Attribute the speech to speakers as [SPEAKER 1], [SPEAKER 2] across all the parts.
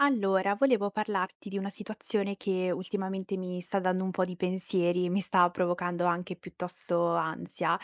[SPEAKER 1] Allora, volevo parlarti di una situazione che ultimamente mi sta dando un po' di pensieri e mi sta provocando anche piuttosto ansia.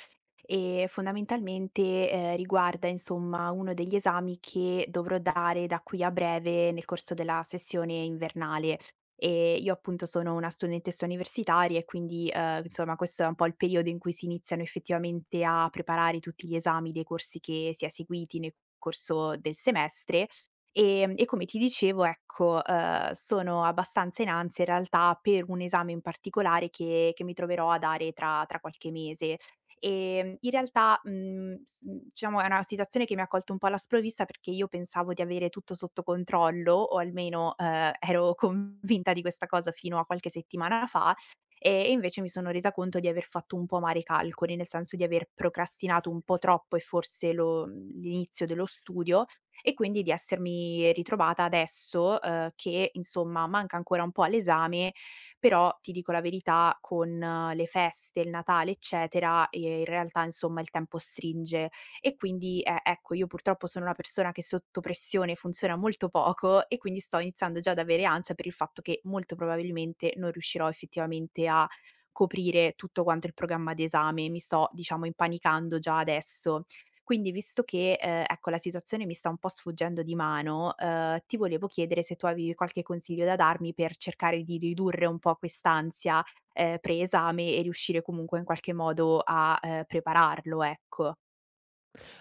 [SPEAKER 1] E fondamentalmente, riguarda insomma uno degli esami che dovrò dare da qui a breve nel corso della sessione invernale. Io appunto sono una studentessa universitaria e quindi, insomma questo è un po' il periodo in cui si iniziano effettivamente a preparare tutti gli esami dei corsi che si è seguiti nel corso del semestre. E come ti dicevo ecco, sono abbastanza in ansia in realtà per un esame in particolare che mi troverò a dare tra qualche mese. In realtà, diciamo è una situazione che mi ha colto un po' alla sprovvista perché io pensavo di avere tutto sotto controllo, o almeno, ero convinta di questa cosa fino a qualche settimana fa, e invece mi sono resa conto di aver fatto un po' male i calcoli, nel senso di aver procrastinato un po' troppo e forse l'inizio dello studio e quindi di essermi ritrovata adesso, che insomma manca ancora un po' all'esame però ti dico la verità, con le feste, il Natale, eccetera, in realtà insomma il tempo stringe e quindi, ecco, io purtroppo sono una persona che sotto pressione funziona molto poco e quindi sto iniziando già ad avere ansia per il fatto che molto probabilmente non riuscirò effettivamente a coprire tutto quanto il programma d'esame. Mi sto, diciamo, impanicando già adesso. Quindi visto che, ecco, la situazione mi sta un po' sfuggendo di mano, ti volevo chiedere se tu avevi qualche consiglio da darmi per cercare di ridurre un po' quest'ansia, pre-esame e riuscire comunque in qualche modo a, prepararlo, ecco.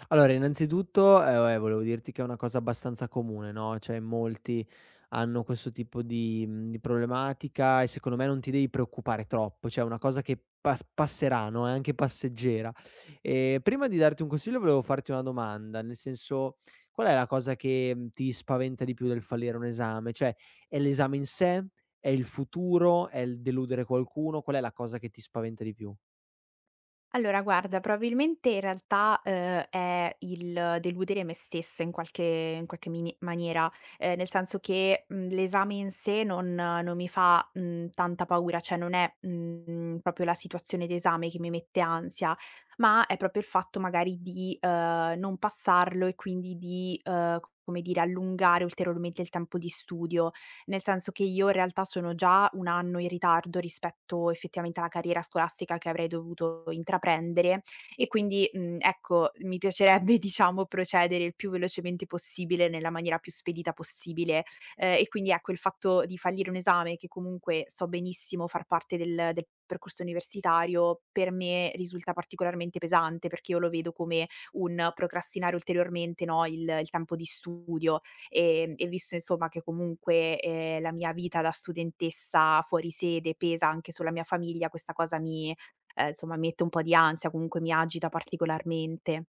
[SPEAKER 2] Allora, innanzitutto, vabbè, volevo dirti che è una cosa abbastanza comune, no, cioè in molti hanno questo tipo di di problematica e secondo me non ti devi preoccupare troppo, cioè è una cosa che passerà, no, è anche passeggera. Prima di darti un consiglio volevo farti una domanda, nel senso, qual è la cosa che, ti spaventa di più del fallire un esame? Cioè, è l'esame in sé? È il futuro? È il deludere qualcuno? Qual è la cosa che ti spaventa di più?
[SPEAKER 1] Allora guarda, probabilmente in realtà, è il deludere me stessa in qualche mini maniera, nel senso che, l'esame in sé non mi fa, tanta paura, cioè non è, proprio la situazione d'esame che mi mette ansia, ma è proprio il fatto magari di, non passarlo e quindi di, come dire, allungare ulteriormente il tempo di studio. Nel senso che io in realtà sono già 1 anno in ritardo rispetto effettivamente alla carriera scolastica che avrei dovuto intraprendere e quindi, ecco, mi piacerebbe diciamo procedere il più velocemente possibile, nella maniera più spedita possibile, e quindi ecco il fatto di fallire un esame che comunque so benissimo far parte del percorso universitario, per me risulta particolarmente pesante, perché io lo vedo come un procrastinare ulteriormente, no, il tempo di studio. E visto insomma che comunque, la mia vita da studentessa fuori sede pesa anche sulla mia famiglia, questa cosa mi insomma mette un po' di ansia, comunque mi agita particolarmente.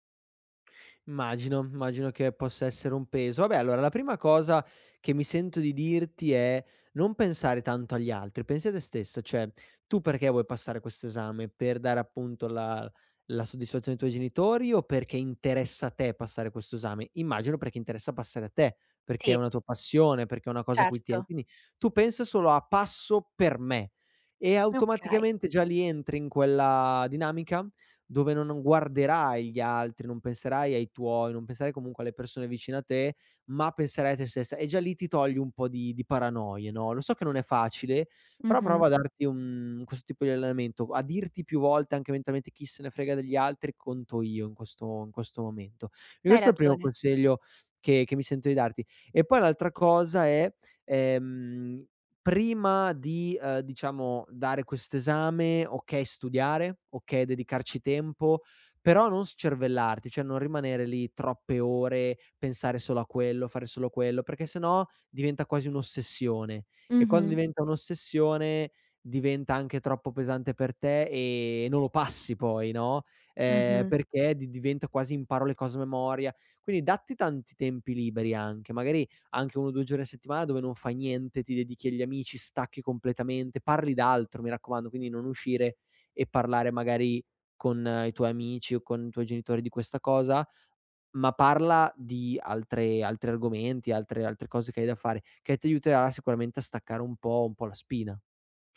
[SPEAKER 2] Immagino, immagino che possa essere un peso. Vabbè, allora la prima cosa che mi sento di dirti è non pensare tanto agli altri, pensi a te stessa, cioè tu perché vuoi passare questo esame? Per dare appunto la, la soddisfazione ai tuoi genitori o perché interessa a te passare questo esame? Immagino perché interessa passare a te, perché è
[SPEAKER 1] Sì,
[SPEAKER 2] una tua passione, perché è una cosa a cui tieni.
[SPEAKER 1] certo.
[SPEAKER 2] Quindi tu pensa solo a passo per me e
[SPEAKER 1] Okay.
[SPEAKER 2] automaticamente già lì entri in quella dinamica dove non guarderai gli altri, non penserai ai tuoi, non penserai comunque alle persone vicine a te, ma penserai a te stessa e già lì ti togli un po' di paranoie, no, lo so che non è facile, però prova
[SPEAKER 1] Mh-mh.
[SPEAKER 2] a darti un questo tipo di allenamento, a dirti più volte anche mentalmente: "Chi se ne frega degli altri, conto io in questo momento". E
[SPEAKER 1] Hai
[SPEAKER 2] questo è il primo
[SPEAKER 1] ragione.
[SPEAKER 2] consiglio che mi sento di darti. E poi l'altra cosa è, ehm prima di, diciamo dare quest'esame, okay studiare, okay dedicarci tempo, però non scervellarti, cioè non rimanere lì troppe ore, pensare solo a quello, fare solo quello, perché se no diventa quasi un'ossessione e quando
[SPEAKER 1] Mh-mh.
[SPEAKER 2] diventa un'ossessione diventa anche troppo pesante per te e non lo passi poi, no,
[SPEAKER 1] Mh-mh.
[SPEAKER 2] perché di diventa quasi imparo le cose a memoria. Quindi datti tanti tempi liberi anche, magari anche 1 o 2 giorni a settimana dove non fai niente, ti dedichi agli amici, stacchi completamente, parli d'altro, mi raccomando, quindi non uscire e parlare magari con i tuoi amici o con i tuoi genitori di questa cosa, ma parla di altre altri argomenti, altre cose che hai da fare, che ti aiuterà sicuramente a staccare un po' la spina.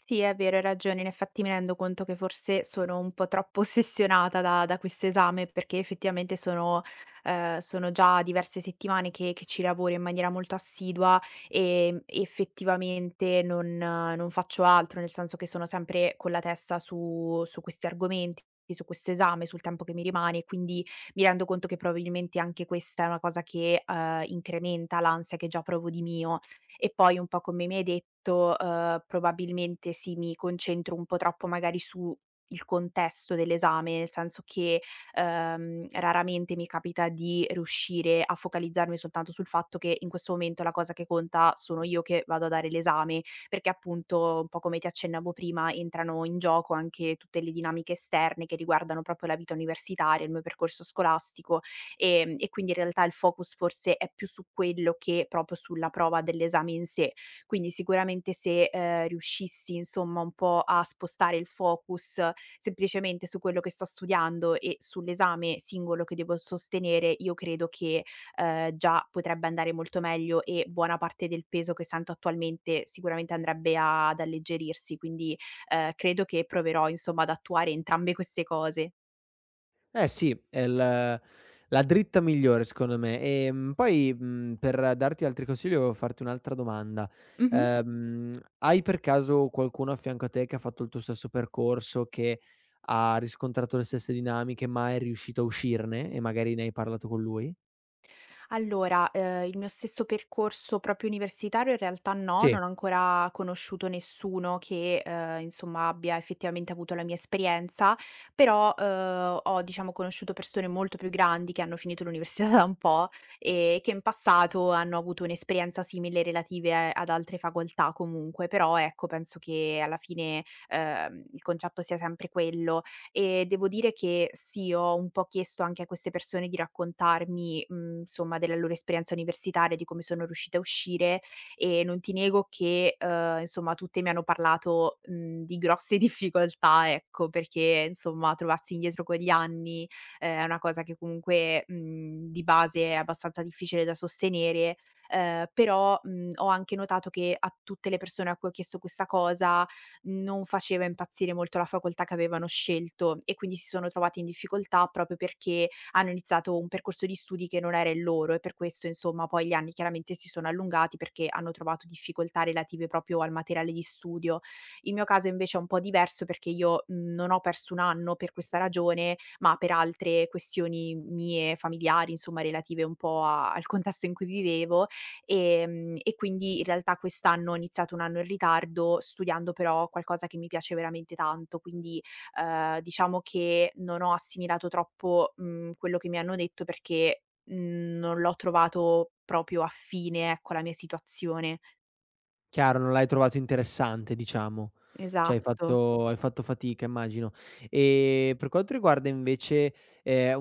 [SPEAKER 1] Sì, è vero, hai ragione. In effetti mi rendo conto che forse sono un po' troppo ossessionata da questo esame, perché effettivamente sono già diverse settimane che ci lavoro in maniera molto assidua, effettivamente non faccio altro, nel senso che sono sempre con la testa su questi argomenti, su questo esame, sul tempo che mi rimane, quindi mi rendo conto che probabilmente anche questa è una cosa che, incrementa l'ansia che già provo di mio. E poi un po' come mi hai detto, probabilmente sì, mi concentro un po' troppo magari su il contesto dell'esame, nel senso che, raramente mi capita di riuscire a focalizzarmi soltanto sul fatto che in questo momento la cosa che conta sono io che vado a dare l'esame, perché appunto, un po' come ti accennavo prima, entrano in gioco anche tutte le dinamiche esterne che riguardano proprio la vita universitaria, il mio percorso scolastico. E quindi in realtà il focus forse è più su quello che proprio sulla prova dell'esame in sé. Quindi sicuramente se, riuscissi insomma un po' a spostare il focus semplicemente su quello che sto studiando e sull'esame singolo che devo sostenere, io credo che, già potrebbe andare molto meglio e buona parte del peso che sento attualmente sicuramente andrebbe ad alleggerirsi. Quindi, credo che proverò insomma ad attuare entrambe queste cose.
[SPEAKER 2] Eh sì, è l la dritta migliore secondo me. Poi, per darti altri consigli volevo farti un'altra domanda.
[SPEAKER 1] Mh-mh.
[SPEAKER 2] Hai per caso qualcuno a fianco a te che ha fatto il tuo stesso percorso, che ha riscontrato le stesse dinamiche, ma è riuscito a uscirne e magari ne hai parlato con lui?
[SPEAKER 1] Allora, il mio stesso percorso proprio universitario in realtà no,
[SPEAKER 2] Sì.
[SPEAKER 1] non ho ancora conosciuto nessuno che, insomma abbia effettivamente avuto la mia esperienza, però, ho diciamo conosciuto persone molto più grandi che hanno finito l'università da un po' e che in passato hanno avuto un'esperienza simile relative ad altre facoltà comunque, però ecco penso che alla fine, il concetto sia sempre quello e devo dire che sì, ho un po' chiesto anche a queste persone di raccontarmi, insomma, della loro esperienza universitaria, di come sono riuscite a uscire e non ti nego che, insomma, tutte mi hanno parlato, di grosse difficoltà, ecco, perché, insomma, trovarsi indietro con gli anni, è una cosa che comunque, di base è abbastanza difficile da sostenere, però, ho anche notato che a tutte le persone a cui ho chiesto questa cosa non faceva impazzire molto la facoltà che avevano scelto e quindi si sono trovati in difficoltà proprio perché hanno iniziato un percorso di studi che non era il loro e per questo insomma poi gli anni chiaramente si sono allungati perché hanno trovato difficoltà relative proprio al materiale di studio. Il mio caso invece è un po' diverso perché io non ho perso un anno per questa ragione, ma per altre questioni mie familiari, insomma relative un po' al contesto in cui vivevo. E quindi in realtà quest'anno ho iniziato 1 anno in ritardo, studiando però qualcosa che mi piace veramente tanto, quindi, diciamo che non ho assimilato troppo, quello che mi hanno detto perché, non l'ho trovato proprio affine, ecco, alla mia situazione.
[SPEAKER 2] Chiaro, non l'hai trovato interessante diciamo. Cioè
[SPEAKER 1] Esatto.
[SPEAKER 2] hai fatto fatica immagino. E per quanto riguarda invece, ehm,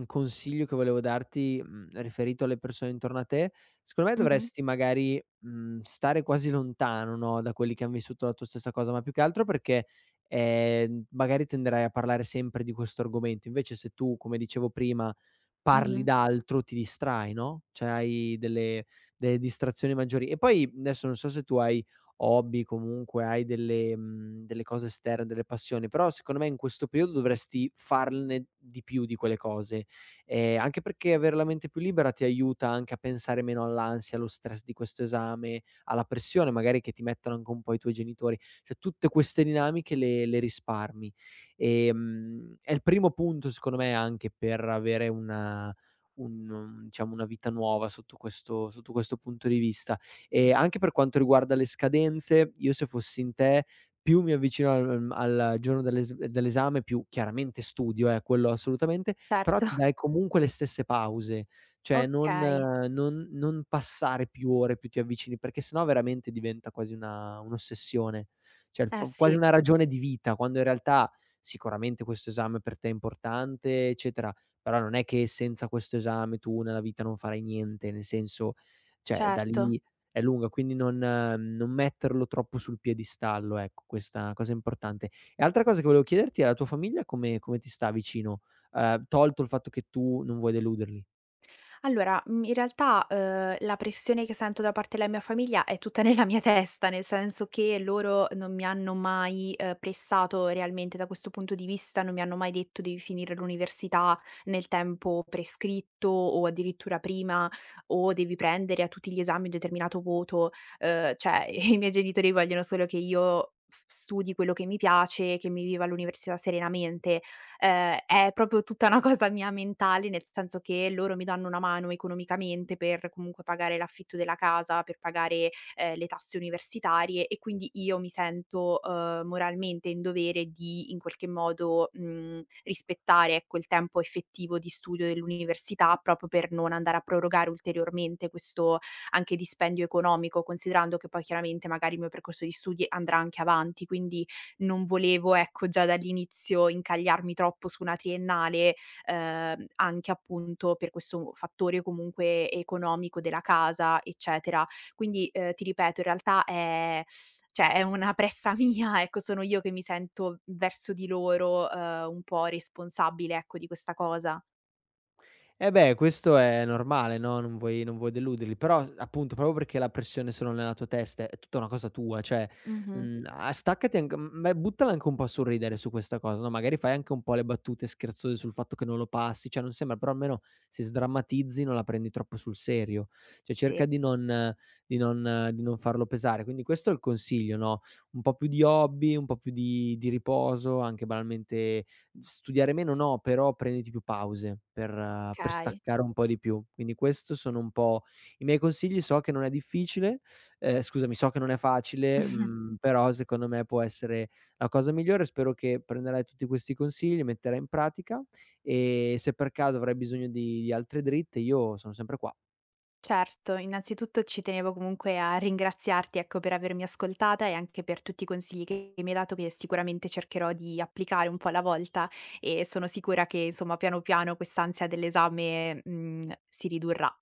[SPEAKER 2] un consiglio che volevo darti, riferito alle persone intorno a te, secondo me
[SPEAKER 1] Mh-mh,
[SPEAKER 2] dovresti magari, stare quasi lontano, no, da quelli che han vissuto la tua stessa cosa, ma più che altro perché, magari tenderai a parlare sempre di questo argomento. Invece se tu, come dicevo prima parli
[SPEAKER 1] mh-mh.
[SPEAKER 2] d'altro, ti distrai, no, cioè hai delle distrazioni maggiori. E poi adesso non so se tu hai hobby, comunque hai delle delle cose esterne, delle passioni, però secondo me in questo periodo dovresti farne di più di quelle cose, anche perché avere la mente più libera ti aiuta anche a pensare meno all'ansia, allo stress di questo esame, alla pressione magari che ti mettono anche un po' i tuoi genitori. Cioè tutte queste dinamiche le risparmi. È il primo punto secondo me anche per avere una un diciamo, una vita nuova sotto questo punto di vista. E anche per quanto riguarda le scadenze, io se fossi in te, più mi avvicino al al giorno dell'esame, più chiaramente studio, quello assolutamente, però
[SPEAKER 1] Certo.
[SPEAKER 2] ti dai comunque le stesse pause, cioè
[SPEAKER 1] Okay.
[SPEAKER 2] non passare più ore, più ti avvicini, perché sennò veramente diventa quasi una un'ossessione, cioè il
[SPEAKER 1] Eh
[SPEAKER 2] f quasi
[SPEAKER 1] sì,
[SPEAKER 2] una ragione di vita, quando in realtà sicuramente questo esame per te è importante, eccetera, però non è che senza questo esame tu nella vita non farai niente, nel senso, cioè da
[SPEAKER 1] certo.
[SPEAKER 2] lì è lunga, quindi non metterlo troppo sul piedistallo, ecco, questa è una cosa importante. E altra cosa che volevo chiederti è la tua famiglia come ti sta vicino? Tolto il fatto che tu non vuoi deluderli.
[SPEAKER 1] Allora, in realtà, la pressione che sento da parte della mia famiglia è tutta nella mia testa, nel senso che loro non mi hanno mai, pressato realmente da questo punto di vista, non mi hanno mai detto: "Devi finire l'università nel tempo prescritto o addirittura prima" o "Devi prendere a tutti gli esami un determinato voto". Cioè i miei genitori vogliono solo che io f studi quello che mi piace, che mi viva l'università serenamente, è proprio tutta una cosa mia mentale, nel senso che loro mi danno una mano economicamente per comunque pagare l'affitto della casa, per pagare, le tasse universitarie e quindi io mi sento, moralmente in dovere di in qualche modo, rispettare, ecco, il tempo effettivo di studio dell'università, proprio per non andare a prorogare ulteriormente questo anche dispendio economico, considerando che poi chiaramente magari il mio percorso di studi andrà anche avanti, quindi non volevo, ecco, già dall'inizio incagliarmi troppo su una triennale, anche appunto per questo fattore comunque economico della casa, eccetera. Quindi, ti ripeto, in realtà è cioè è una pressa mia, ecco, sono io che mi sento verso di loro, un po' responsabile, ecco, di questa cosa.
[SPEAKER 2] Eh beh, questo è normale, no, non vuoi deluderli, però s appunto, proprio perché la pressione è solo nella tua testa, è tutta una cosa tua, cioè,
[SPEAKER 1] Mh-mh.
[SPEAKER 2] a staccati anche m ma buttala anche un po' a sorridere su questa cosa, no, magari fai anche un po' le battute scherzose sul fatto che non lo passi, cioè non sembra, però almeno se sdrammatizzi non la prendi troppo sul serio. Cioè
[SPEAKER 1] Sì,
[SPEAKER 2] cerca di non di non di non farlo pesare. Quindi questo è il consiglio, no, un po' più di hobby, un po' più di riposo, anche banalmente studiare meno no, però prenditi più pause per
[SPEAKER 1] okay.
[SPEAKER 2] staccare un po' di più. Quindi questo sono un po' i miei consigli. So che non è difficile, scusami, so che non è facile, però secondo me può essere la cosa migliore. Spero che prenderai tutti questi consigli, li metterai in pratica e se per caso avrai bisogno di altre dritte io sono sempre qua.
[SPEAKER 1] Certo, innanzitutto ci tenevo comunque a ringraziarti, ecco, per avermi ascoltata e anche per tutti i consigli che mi hai dato, che sicuramente cercherò di applicare un po' alla volta e sono sicura che, insomma, piano piano quest'ansia dell'esame, si ridurrà.